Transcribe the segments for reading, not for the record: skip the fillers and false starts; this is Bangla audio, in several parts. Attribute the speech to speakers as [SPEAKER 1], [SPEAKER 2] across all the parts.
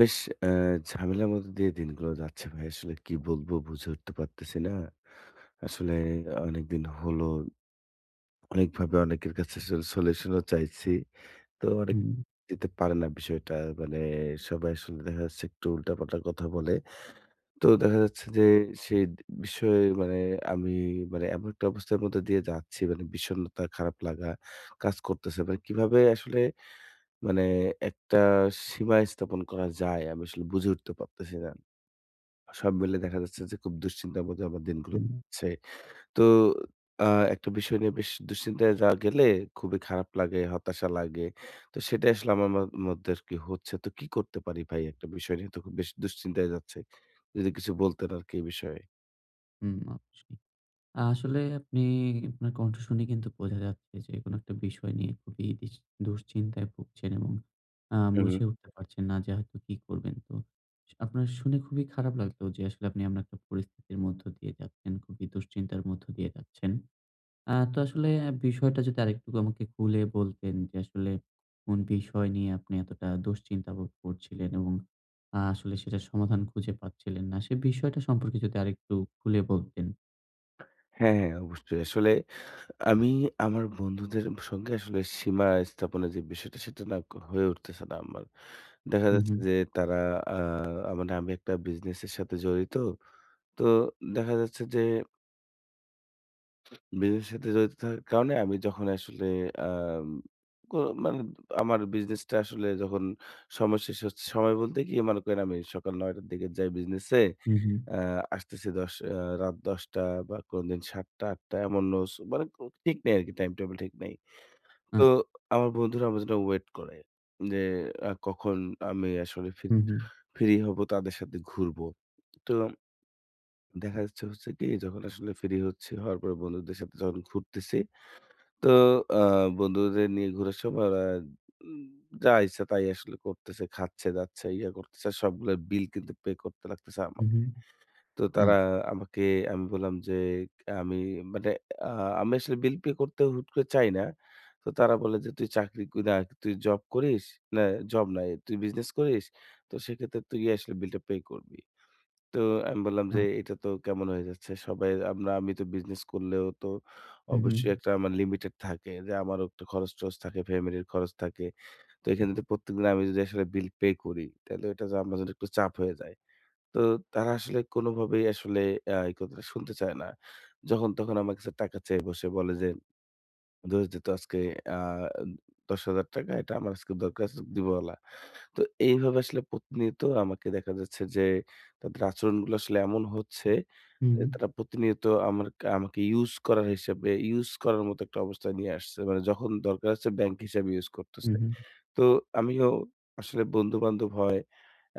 [SPEAKER 1] বেশ। অ্যা ঝামেলার মধ্য দিয়ে দিনগুলো যাচ্ছে ভাই। আসলে কি বলবো বুঝে উঠতে পারতেছি না। আসলে অনেকদিন হলো অনেকভাবে অনেকের কাছে আসলে সলিউশন ও চাইছি। তো অনেক
[SPEAKER 2] হুম,
[SPEAKER 1] দিতে পারে না বিষয়টা। মানে সবাই আসলে দেখা যাচ্ছে একটু উল্টাপাল্টা কথা বলে। তো দেখা যাচ্ছে যে সেই বিষয়ে মানে আমি মানে এমন একটা অবস্থার মধ্যে দিয়ে যাচ্ছি, মানে বিষণ্ণতা, খারাপ লাগা কাজ করতেছে। মানে কিভাবে আসলে মানে একটা সীমা স্থাপন করা যায় আমি আসলে বুঝে উঠতে পারতেছি না। সব মিলে দেখা যাচ্ছে যে খুব দুশ্চিন্তার মধ্যে আমার দিনগুলো
[SPEAKER 2] হুম,
[SPEAKER 1] যাচ্ছে। তো আ একটা বিষয় নিয়ে বেশ দুশ্চিন্তায় যা গেলে খুবই খারাপ লাগে, হতাশা লাগে। তো সেটাই আসলে আমার মধ্যে আরকি হচ্ছে। তো কি করতে পারি ভাই, একটা বিষয় নিয়ে তো খুব বেশ দুশ্চিন্তায় যাচ্ছে। যদি কিছু বলতেন আরকি এই বিষয়ে।
[SPEAKER 2] হুম, অবশ্যই। আসলে আপনি আপনার কণ্ঠ শুনে কিন্তু বোঝা যাচ্ছে যে কোনো একটা বিষয় নিয়ে খুবই দুশ্চিন্তায় ভুগছেন এবং
[SPEAKER 1] হুম।
[SPEAKER 2] বুঝে উঠতে পারছেন না যে হয়তো কি করবেন। তো আপনার শুনে খুবই খারাপ লাগলো যে আসলে আপনি এমন একটা পরিস্থিতির মধ্য দিয়ে যাচ্ছেন, খুবই দুশ্চিন্তার মধ্য দিয়ে যাচ্ছেন। তো আসলে বিষয়টা যদি আরেকটু আমাকে খুলে বলতেন যে আসলে কোন বিষয় নিয়ে আপনি এতটা দুশ্চিন্তা বোধ করছিলেন এবং আসলে সেটার সমাধান খুঁজে পাচ্ছিলেন না। সে বিষয়টা সম্পর্কে যদি আরেকটু খুলে বলতেন।
[SPEAKER 1] হ্যাঁ, হ্যাঁ, অবশ্যই। আসলে আমি আমার বন্ধুদের সঙ্গে আসলে সীমা স্থাপনের যে বিষয়টা সেটা না হয়ে উঠতেছে না আমার। দেখা
[SPEAKER 2] হু,
[SPEAKER 1] যাচ্ছে
[SPEAKER 2] হু,
[SPEAKER 1] যে তারা আ মানে আমি একটা বিজনেসের সাথে জড়িত। তো দেখা যাচ্ছে যে বিজনেসের সাথে জড়িত থাকার কারণে আমি যখন আসলে আম কো মানে আমার বিজনেসটা আসলে যখন সময় শেষ হচ্ছে, সময় বলতে কি মনে করেন আমি সকাল ৯:০০ র দিকে যাই বিজনেসে।
[SPEAKER 2] হু, হু।
[SPEAKER 1] আ আসতেছি ১০ রাত ১০:০০ বা কোনদিন ৭:০০, ৮:০০ এমন নোস মানে কো ঠিক নেই আরকি, টাইম টেবল ঠিক নেই। তো
[SPEAKER 2] আচ্ছা।
[SPEAKER 1] আমার বন্ধুরা আমার জন্য ওয়েট করে যে কখন আমি আসলে ফি
[SPEAKER 2] হু, হু,
[SPEAKER 1] ফ্রি হব, তাদের সাথে ঘুরবো। তো দেখা যাচ্ছে হচ্ছে কি, যখন আসলে ফ্রি হচ্ছি হওয়ার পরে বন্ধুদের সাথে যখন ঘুরতেছি, তো আ বন্ধুদের নিয়ে ঘোরার সময় ওরা উম যা ইচ্ছা তাই আসলে করতেছে, খাচ্ছে, যাচ্ছে, ইয়া করতেছে। সবগুলোর বিল কিন্তু পে করতে লাগতেছে
[SPEAKER 2] হু,
[SPEAKER 1] আমাকে।
[SPEAKER 2] হু।
[SPEAKER 1] তো
[SPEAKER 2] আচ্ছা,
[SPEAKER 1] তারা আমাকে আমি বললাম যে আমি মানে আ আমি আসলে বিল পে করতে হুট করে চাই না। তো তারা বলে যে, "তুই চাকরি করি না, তুই জব করিস? না, জব না, তুই বিজনেস করিস। তো সেক্ষেত্রে তুই আসলে বিলটা পে করবি।" তো আমি বললাম
[SPEAKER 2] আচ্ছা।
[SPEAKER 1] যে, "এটা তো কেমন হয়ে যাচ্ছে? সবাই আমরা, আমি তো বিজনেস করলেও তো
[SPEAKER 2] হু, হু,
[SPEAKER 1] অবশ্যই একটা আমার লিমিটেড থাকে যে, আমারও একটু খরচ-টরচ থাকে, ফ্যামিলির খরচ থাকে। তো এখানে যদি প্রত্যেকদিন আমি যদি আসলে বিল পে করি, তাহলে ওইটা যে আমার জন্য একটু চাপ হয়ে যায়।" তো তারা আসলে কোনোভাবেই আসলে এই কথাটা শুনতে চায় না। যখন তখন আমার কাছে টাকা চেয়ে বসে বলে যে, ধরেছি তো আজকে আ ১০,০০০ টাকা এটা আমার আজকে দরকার আছে, দিবালা। তো এইভাবে আসলে প্রতিনিয়ত আমাকে দেখা যাচ্ছে যে, তাদের আচরণগুলো আসলে এমন হচ্ছে
[SPEAKER 2] হু,
[SPEAKER 1] যে
[SPEAKER 2] হু,
[SPEAKER 1] তারা প্রতিনিয়ত আমার আমাকে ইউজ করার হিসেবে, ইউজ করার মতো একটা অবস্থায় নিয়ে আসছে। মানে যখন দরকার আছে, ব্যাংক হিসাবে ইউজ
[SPEAKER 2] হু,
[SPEAKER 1] করতেছে।
[SPEAKER 2] হু।
[SPEAKER 1] তো আমিও আসলে বন্ধু-বান্ধব হয়।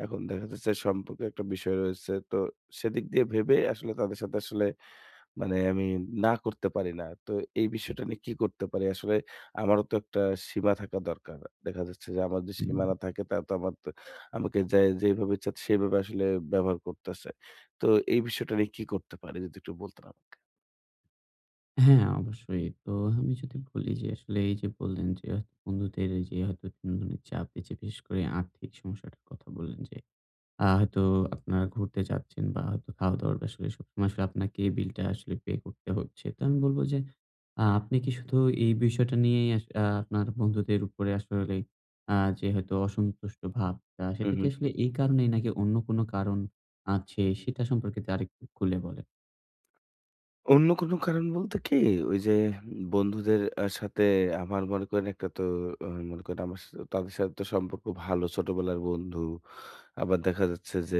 [SPEAKER 1] এখন দেখা যাচ্ছে সম্পর্কের একটা বিষয় রয়েছে। তো সেদিক দিয়ে ভেবে আসলে তাদের সাথে আসলে মানে আমি না করতে পারি না। তো এই বিষয়টা নিয়ে কি করতে পারি? আসলে আমারও তো একটা সীমা থাকা দরকার। দেখা যাচ্ছে যে আমার যে
[SPEAKER 2] হুম।
[SPEAKER 1] সীমানা থাকে তা তো আমার তো, আমাকে যে যেভাবে ইচ্ছা সেভাবে আসলে ব্যবহার করতেছে। তো এই বিষয়টা নিয়ে কি করতে পারি যদি একটু বলতেন আমাকে?
[SPEAKER 2] হ্যাঁ, অবশ্যই। তো আমি যদি বলি যে আসলে এই যে বললেন যে হয়তো বন্ধুদের এই যে হয়তো বিভিন্ন ধরনের চাপ, এই যে বিশেষ করে আর্থিক সমস্যাটার কথা বললেন যে হয়তো আপনারা ঘুরতে যাচ্ছেন বা হয়তো খাওয়া-দাওয়ার আসলে সবসময় আসলে আপনাকে এই বিলটা আসলে পে করতে হচ্ছে। তো আমি বলব যে আপনি কি শুধু এই বিষয়টা নিয়েই আস আ আপনার বন্ধুদের উপরে আসলে আ যে হয়তো অসন্তুষ্ট ভাবটা
[SPEAKER 1] হু,
[SPEAKER 2] সেটা
[SPEAKER 1] হু।
[SPEAKER 2] কি আসলে এই কারণেই নাকি অন্য কোনো কারণ আছে সেটা সম্পর্কে আরেকটু খুলে বলেন?
[SPEAKER 1] অন্য কোনো কারণ বলতে কি, ওই যে বন্ধুদের সাথে আমার মনে করেন একটা তো আ মনে করেন আমার তাদের সাথে তো সম্পর্ক ভালো, ছোটবেলার বন্ধু। আবার দেখা যাচ্ছে যে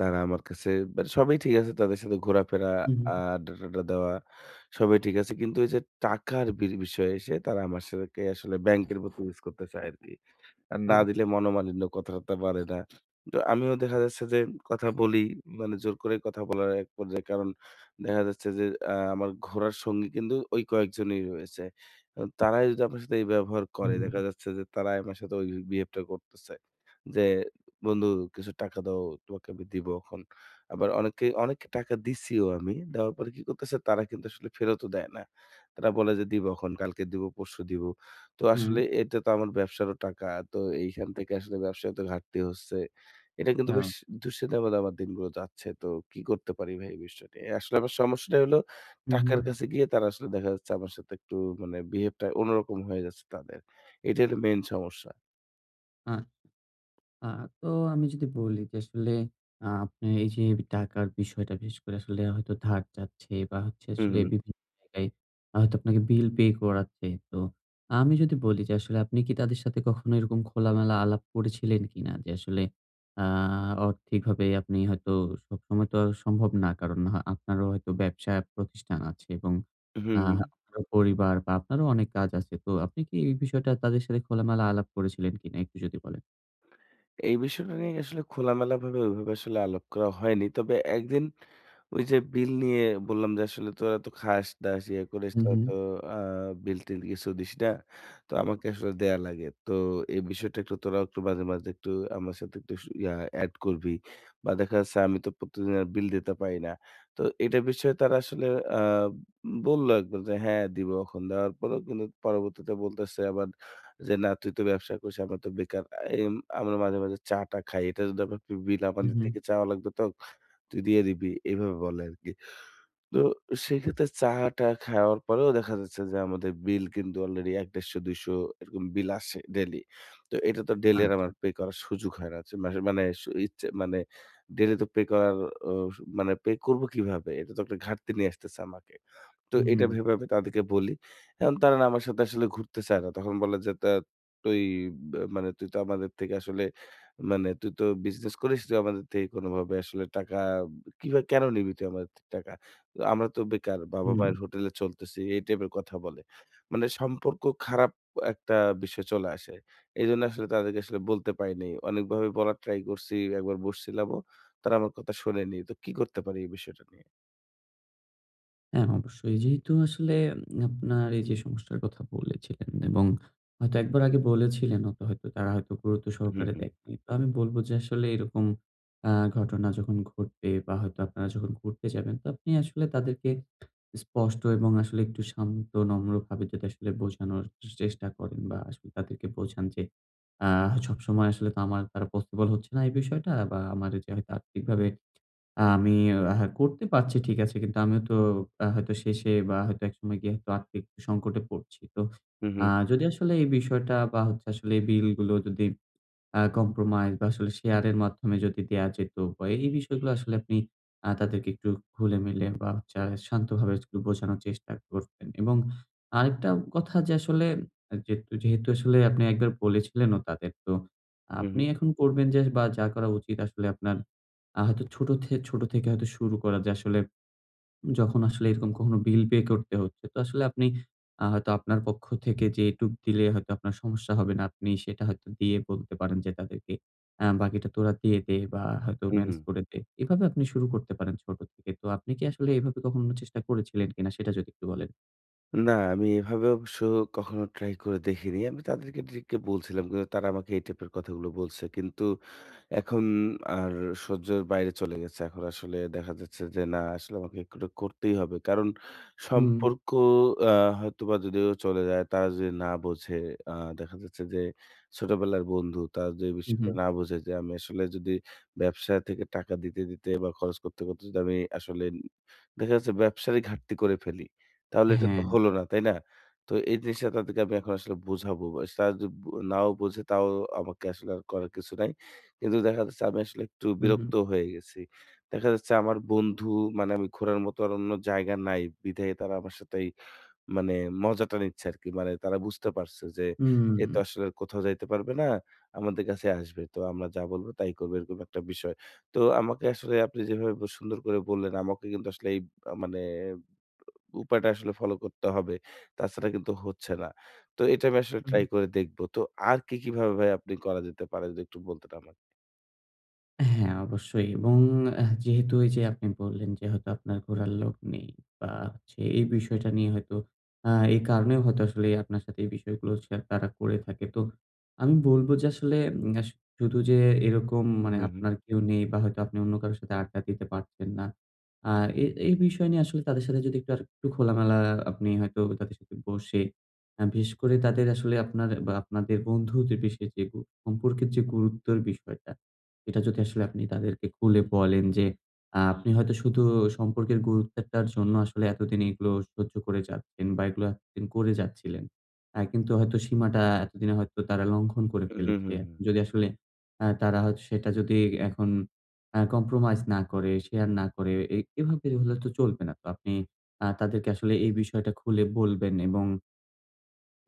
[SPEAKER 1] তারা আমার কাছে মানে সবই ঠিক আছে। তাদের সাথে ঘোরাফেরা,
[SPEAKER 2] হুম, হুম।
[SPEAKER 1] আড্ডা-টাড্ডা দেওয়া সবই ঠিক আছে। কিন্তু এই যে টাকার বিষয়ে এসে তারা আমার সাথে আসলে ব্যাংকের মতো ইউজ করতে চায় আরকি। আর না
[SPEAKER 2] আচ্ছা।
[SPEAKER 1] দিলে মনোমালিন্য, কথাটা বাড়ে না। তো আমিও দেখা যাচ্ছে যে কথা বলি, মানে জোর করে কথা বলার এক পর্যায়ে, কারণ দেখা যাচ্ছে যে আমার ঘোরার সঙ্গী কিন্তু ওই কয়েকজনই রয়েছে। তারাই যদি আপনার সাথে এই ব্যবহার
[SPEAKER 2] হুম,
[SPEAKER 1] করে,
[SPEAKER 2] হুম।
[SPEAKER 1] দেখা যাচ্ছে যে তারাই আমার সাথে ওই বিহেভটা করতেছে। যে, "বন্ধু, কিছু টাকা দাও, তোমাকে আমি দিব এখন।" আবার অনেকে অনেককে টাকা দিছিও আমি। দেওয়ার পরে কি করতেছে? তারা কিন্তু আসলে ফেরতও দেয় না। তারা বলে যে, "দিব এখন, কালকে দিব, পরশু দিব।" তো
[SPEAKER 2] হুম।
[SPEAKER 1] আসলে এটা তো আমার ব্যবসারও টাকা। তো এইখান থেকে আসলে ব্যবসায় তো ঘাটতি হচ্ছে। এটা কিন্তু
[SPEAKER 2] আ
[SPEAKER 1] বেশ দুশ্চিন্তার মধ্যে আমার দিনগুলো যাচ্ছে। তো কি করতে পারি ভাই এই বিষয়টা নিয়ে? আসলে আমার সমস্যাটা হলো,
[SPEAKER 2] হুম, হুম।
[SPEAKER 1] টাকার কাছে গিয়ে তারা আসলে দেখা যাচ্ছে আমার সাথে একটু, মানে বিহেভটা অন্যরকম হয়ে যাচ্ছে তাদের। এটাই হলো মেইন সমস্যা।
[SPEAKER 2] আ আ তো আমি যদি বলি যে আসলে আপনার এই যে টাকার বিষয়টা বিশেষ করে আসলে হয়তো ধার চাচ্ছে বা হচ্ছে
[SPEAKER 1] হুম,
[SPEAKER 2] আসলে
[SPEAKER 1] হুম।
[SPEAKER 2] বিভিন্ন জায়গায় হয়তো আপনাকে বিল পে করাচ্ছে। তো আমি যদি বলি যে আসলে আপনি কি তাদের সাথে কখনো এরকম খোলামেলা আলাপ করেছিলেন কিনা? যে আসলে আ আর্থিকভাবে আপনি হয়তো সবসময় তো আর সম্ভব না। কারণ আপনারও হয়তো ব্যবসা প্রতিষ্ঠান আছে এবং আ
[SPEAKER 1] হুম, হুম।
[SPEAKER 2] আপনারও পরিবার বা আপনারও অনেক কাজ আছে। তো আপনি কি এই বিষয়টা তাদের সাথে খোলামেলা আলাপ করেছিলেন কিনা একটু যদি বলেন?
[SPEAKER 1] এই বিষয়টা নিয়ে আসলে খোলামেলাভাবে ওইভাবে আসলে আলাপ করা হয়নি। তবে একদিন ওই যে বিল নিয়ে বললাম যে, "আসলে তোরা তো খাস-দাস ইয়ে করিস,
[SPEAKER 2] হু,
[SPEAKER 1] তোরা
[SPEAKER 2] হু।
[SPEAKER 1] তো আ বিল-টিল কিছু দিস না। তো আমাকে আসলে দেয়া লাগে। তো এই বিষয়টা একটু তোরাও একটু মাঝে, মাঝে একটু আমার সাথে একটু সু ইয়া এড করবি।" বা দেখা যাচ্ছে আমি তো প্রতিদিন আর বিল দিতে পারি না। তো এটা বিষয়ে তারা আসলে আ বলল একবার যে, "হ্যাঁ, দিব এখন।" দেওয়ার পরেও কিন্তু পরবর্তীতে বলতেছে আবার যে, না তুই তো ব্যবসা করছিস, আমরা তো বেকার। এম আমরা মাঝে, মাঝে চা-টা খাই। এটা যদি আবার তুই বিল
[SPEAKER 2] হুম,
[SPEAKER 1] আমাদের
[SPEAKER 2] হুম।
[SPEAKER 1] থেকে চাওয়া লাগতো তো তুই দিয়ে দিবি। এভাবে বলে আরকি। তো সেক্ষেত্রে চা-টা খাওয়ার পরেও দেখা যাচ্ছে যে আমাদের বিল কিন্তু অলরেডি ১, ১৫০, ২০০ এরকম বিল আসে ডেইলি। তো এটা তো ডেইলি আর
[SPEAKER 2] আচ্ছা।
[SPEAKER 1] আমার পে করার সুযোগ হয় না। যে মাসে মানে সু ইচ্ছে মানে ডেইলি তো পে করার অ মানে পে করব কিভাবে? এটা তো একটা ঘাটতি নিয়ে আসতেছে আমাকে। তো এটা
[SPEAKER 2] হুম,
[SPEAKER 1] ভেবে আমি তাদেরকে বলি। এখন তারা না আমার সাথে আসলে ঘুরতে চায় না। তখন বলে যে, "তা তুই বা মানে তুই তো আমাদের থেকে আসলে মানে তুই তো বিজনেস করিস, তুই আমাদের থেকে কোনোভাবে আসলে টাকা কিবা কেন নিবি তুই আমাদের থেকে টাকা? আমরা তো বেকার
[SPEAKER 2] হুম।
[SPEAKER 1] বাবা-মায়ের হোটেলে চলতেছি।" এই টাইপের কথা বলে। মানে সম্পর্ক খারাপ একটা বিষয় চলে আসে। এজন্য আসলে তাদেরকে আসলে বলতে পারিনি। অনেকভাবে বলার ট্রাই করছি, একবার বসছিলামও। তারা আমার কথা শোনেনি। তো কি করতে পারি এই বিষয়টা নিয়ে?
[SPEAKER 2] হ্যাঁ, অবশ্যই। যেহেতু আসলে আপনার এই যে সমস্যার কথা বলেছিলেন এবং হয়তো একবার আগে বলেছিলেন অত হয়তো তারা হয়তো গুরুত্ব
[SPEAKER 1] হুম,
[SPEAKER 2] সহকারে
[SPEAKER 1] হুম।
[SPEAKER 2] দেখেনি। তো আমি বলব যে আসলে এরকম আ ঘটনা যখন ঘটবে বা হয়তো আপনারা যখন ঘুরতে যাবেন তো আপনি আসলে তাদেরকে স্পষ্ট এবং আসলে একটু শান্ত নম্রভাবে যদি আসলে বোঝানোর চেষ্টা করেন বা আসলে তাদেরকে বোঝান যে আ সবসময় আসলে তো আমার দ্বারা পসিবল হচ্ছে না এই বিষয়টা বা আমার যে হয়তো আর্থিকভাবে আমি আ করতে পারছি ঠিক আছে। কিন্তু আমিও তো হয়তো শেষে বা হয়তো একসময় গিয়ে হয়তো আর্থিক একটু সংকটে পড়ছি। তো
[SPEAKER 1] হু, হু,
[SPEAKER 2] আ যদি আসলে এই বিষয়টা বা হচ্ছে আসলে এই বিলগুলো যদি কম্প্রোমাইজ বা আসলে শেয়ারের মাধ্যমে যদি দেয়া যেত বা এই বিষয়গুলো আসলে আপনি তাদেরকে একটু খুলে মিলে বা হচ্ছে আর শান্তভাবে একটু বোঝানোর চেষ্টা করতেন এবং আরেকটা কথা যে আসলে যেহেতু আসলে আপনি একবার বলেছিলেনও তাদের তো
[SPEAKER 1] হু, হু,
[SPEAKER 2] আপনি এখন করবেন যে বা যা করা উচিত আসলে আপনার হয়তো ছোট থেকে হয়তো শুরু করা যে আসলে যখন আসলে এরকম কখনো বিল পে করতে হচ্ছে, তো আসলে আপনি হয়তো আপনার পক্ষ থেকে যে যেটুক দিলে হয়তো আপনার সমস্যা হবে না। আপনি সেটা হয়তো দিয়ে বলতে পারেন যে তাদেরকে, বাকিটা তোরা দিয়ে দে বা হয়তো
[SPEAKER 1] হু, হু।
[SPEAKER 2] ম্যানেজ করে দে।" এভাবে আপনি শুরু করতে পারেন ছোট থেকে। তো আপনি কি আসলে এভাবে কখনো চেষ্টা করেছিলেন কিনা সেটা যদি একটু বলেন?
[SPEAKER 1] না, আমি এভাবে অবশ্য কখনো ট্রাই করে দেখিনি। আমি তাদেরকে ডিরেক্টলি বলছিলাম। কিন্তু তারা আমাকে এই টাইপের কথাগুলো বলছে। কিন্তু এখন আর সহ্যের বাইরে চলে গেছে। এখন আসলে দেখা যাচ্ছে যে না, আসলে আমাকে এগুলো করতেই হবে। কারণ
[SPEAKER 2] হুম।
[SPEAKER 1] সম্পর্ক আ হয়তোবা যদিও চলে যায়, তারা যদি না বোঝে, আ দেখা যাচ্ছে যে ছোটবেলার বন্ধু, তারা যদি এই
[SPEAKER 2] হু,
[SPEAKER 1] বিষয়টা
[SPEAKER 2] হুম।
[SPEAKER 1] না বোঝে যে আমি আসলে যদি ব্যবসা থেকে টাকা দিতে, দিতে বা খরচ করতে, করতে যদি আমি আসলে দেখা যাচ্ছে ব্যবসারই ঘাটতি করে ফেলি, তাহলে এটা তো
[SPEAKER 2] হ্যাঁ।
[SPEAKER 1] হলো না, তাই না? তো এই জিনিসটা তাদেরকে আমি এখন আসলে বোঝাবো। বা তারা যদি নাও বোঝে তাও আমাকে আসলে আর করার কিছু নাই। কিন্তু দেখা যাচ্ছে আমি আসলে একটু
[SPEAKER 2] হু, হু।
[SPEAKER 1] বিরক্ত হয়ে গেছি। দেখা যাচ্ছে আমার বন্ধু, মানে আমি ঘোরার মতো আর অন্য জায়গা নাই বিধায় তারা আমার সাথে এই মানে মজাটা নিচ্ছে আরকি। মানে তারা বুঝতে পারছে যে
[SPEAKER 2] হুম।
[SPEAKER 1] এ তো আসলে কোথাও যাইতে পারবে না। আমাদের কাছে আসবে। তো আমরা যা বলব তাই করবে, এরকম একটা বিষয়। তো আমাকে আসলে আপনি যেভাবে সুন্দর করে বললেন আমাকে, কিন্তু আসলে এই মানে উপায়টা আসলে ফলো করতে হবে। তাছাড়া কিন্তু হচ্ছে না। তো এটা আমি আসলে
[SPEAKER 2] হুম।
[SPEAKER 1] ট্রাই করে দেখব। তো আর কি, কিভাবে ভাই আপনি, করা যেতে পারে যদি একটু বলতেন আমাকে?
[SPEAKER 2] হ্যাঁ, অবশ্যই। এবং যেহেতু এই যে আপনি বললেন যে হয়তো আপনার ঘোরার লোক নেই বা হচ্ছে এই বিষয়টা নিয়ে হয়তো এই কারণেও হয়তো আসলে আপনার সাথে এই বিষয়গুলো শেয়ার তারা করে থাকে। তো আমি বলব যে আসলে উম আস শুধু যে এরকম মানে
[SPEAKER 1] হুম, হুম।
[SPEAKER 2] আপনার কেউ নেই বা হয়তো আপনি অন্য কারো সাথে আড্ডা দিতে পারছেন না। আ এ এই বিষয় নিয়ে আসলে তাদের সাথে যদি একটু আরেকটু খোলামেলা আপনি হয়তো তাদের সাথে বসে বিশেষ করে তাদের আসলে আপনার বা আপনাদের বন্ধুদের বিশেষ যে সম্পর্কের যে গুরুত্বের বিষয়টা এটা যদি আসলে আপনি তাদেরকে খুলে বলেন যে, আপনি হয়তো শুধু সম্পর্কের গুরুত্বটার জন্য আসলে এতদিন এগুলো সহ্য করে যাচ্ছেন বা এগুলো এতদিন করে যাচ্ছিলেন। কিন্তু হয়তো সীমাটা এতদিনে হয়তো তারা লঙ্ঘন করে
[SPEAKER 1] হুম,
[SPEAKER 2] ফেলেছে।
[SPEAKER 1] হুম, হুম।
[SPEAKER 2] এখন যদি আসলে তারা হয়তো সেটা যদি এখন কম্প্রোমাইজ না করে, শেয়ার না করে এভাবে হলে তো চলবে না। তো আপনি তাদেরকে আসলে এই বিষয়টা খুলে বলবেন এবং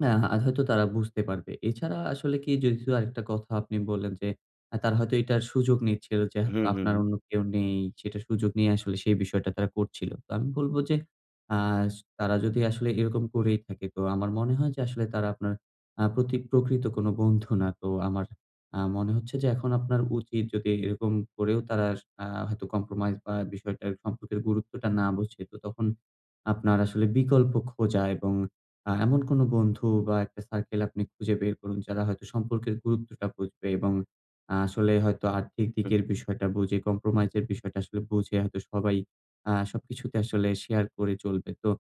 [SPEAKER 2] না, আর হয়তো তারা বুঝতে পারবে। এছাড়া আসলে কি যেহেতু আরেকটা কথা আপনি বললেন যে, তারা হয়তো এটার সুযোগ নিচ্ছিল যে,
[SPEAKER 1] হুম, হুম,
[SPEAKER 2] আপনার
[SPEAKER 1] হুম।
[SPEAKER 2] অন্য কেউ নেই, সেটা সুযোগ নিয়ে আসলে সেই বিষয়টা তারা করছিল। তো আমি বলব যে, আ তারা যদি আসলে এরকম করেই থাকে, তো আমার মনে হয় যে, আসলে তারা আপনার প্রতি প্রকৃত কোনো বন্ধু না। তো আমার মনে হচ্ছে যে, এখন আপনার উচিত যদি এরকম করেও তারা হয়তো কম্প্রোমাইজ বা বিষয়টার সম্পর্কের গুরুত্বটা না বোঝে, তো তখন আপনার আসলে বিকল্প খোঁজা এবং এমন কোন বন্ধু বা একটা সার্কেল আপনি খুঁজে বের করুন যারা হয়তো সম্পর্কের গুরুত্বটা বুঝবে এবং আসলে হয়তো আর্থিক
[SPEAKER 1] হুম,
[SPEAKER 2] দিকের
[SPEAKER 1] হুম।
[SPEAKER 2] বিষয়টা বুঝে, কম্প্রোমাইজ এর বিষয়টা আসলে বুঝে হয়তো সবাই সবকিছুতে আসলে শেয়ার করে চলবে। তো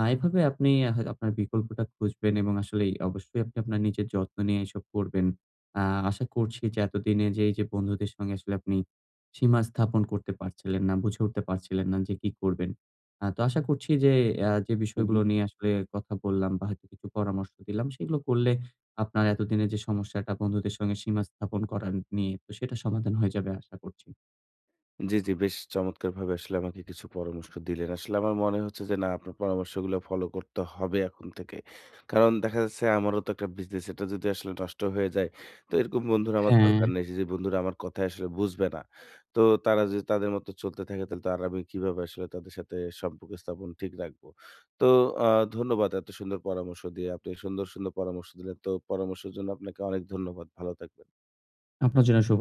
[SPEAKER 2] এভাবে আপনি হয় আপনার বিকল্পটা খুঁজবেন এবং আসলেই অবশ্যই আপনি আপনার নিজের যত্ন নিয়ে এসব করবেন। আ আশা করছি যে এতদিনে যে এই যে বন্ধুদের সঙ্গে আসলে আপনি সীমা স্থাপন করতে পারছিলেন না, বুঝে উঠতে পারছিলেন না যে কি করবেন। তো আশা করছি যে যে
[SPEAKER 1] হুম।
[SPEAKER 2] বিষয়গুলো নিয়ে আসলে কথা বললাম বা হয়তো কিছু পরামর্শ দিলাম, সেগুলো করলে আপনার এতদিনের যে সমস্যাটা বন্ধুদের সঙ্গে সীমা স্থাপন করা নিয়ে, তো সেটা সমাধান হয়ে যাবে আশা করছি।
[SPEAKER 1] জি, জি। বেশ চমৎকারভাবে আসলে আমাকে কিছু পরামর্শ দিলেন। আসলে আমার মনে হচ্ছে যে না, আপনার পরামর্শগুলো ফলো করতে হবে এখন থেকে। কারণ দেখা যাচ্ছে আমারও তো একটা বিজনেস, এটা যদি আসলে নষ্ট হয়ে যায়, তো এরকম বন্ধুরা আমার
[SPEAKER 2] হ্যাঁ,
[SPEAKER 1] দরকার নেই। যে বন্ধুরা আমার কথা আসলে বুঝবে না। তো তারা যদি তাদের মতো চলতে থাকে তাহলে তো আর আমি কিভাবে আসলে তাদের সাথে সম্পর্ক স্থাপন ঠিক রাখবো। তো আ ধন্যবাদ এত সুন্দর পরামর্শ দিয়ে। আপনি সুন্দর, সুন্দর পরামর্শ দিলেন। তো পরামর্শের জন্য আপনাকে অনেক ধন্যবাদ। ভালো থাকবেন।
[SPEAKER 2] আপনার জন্য শুভ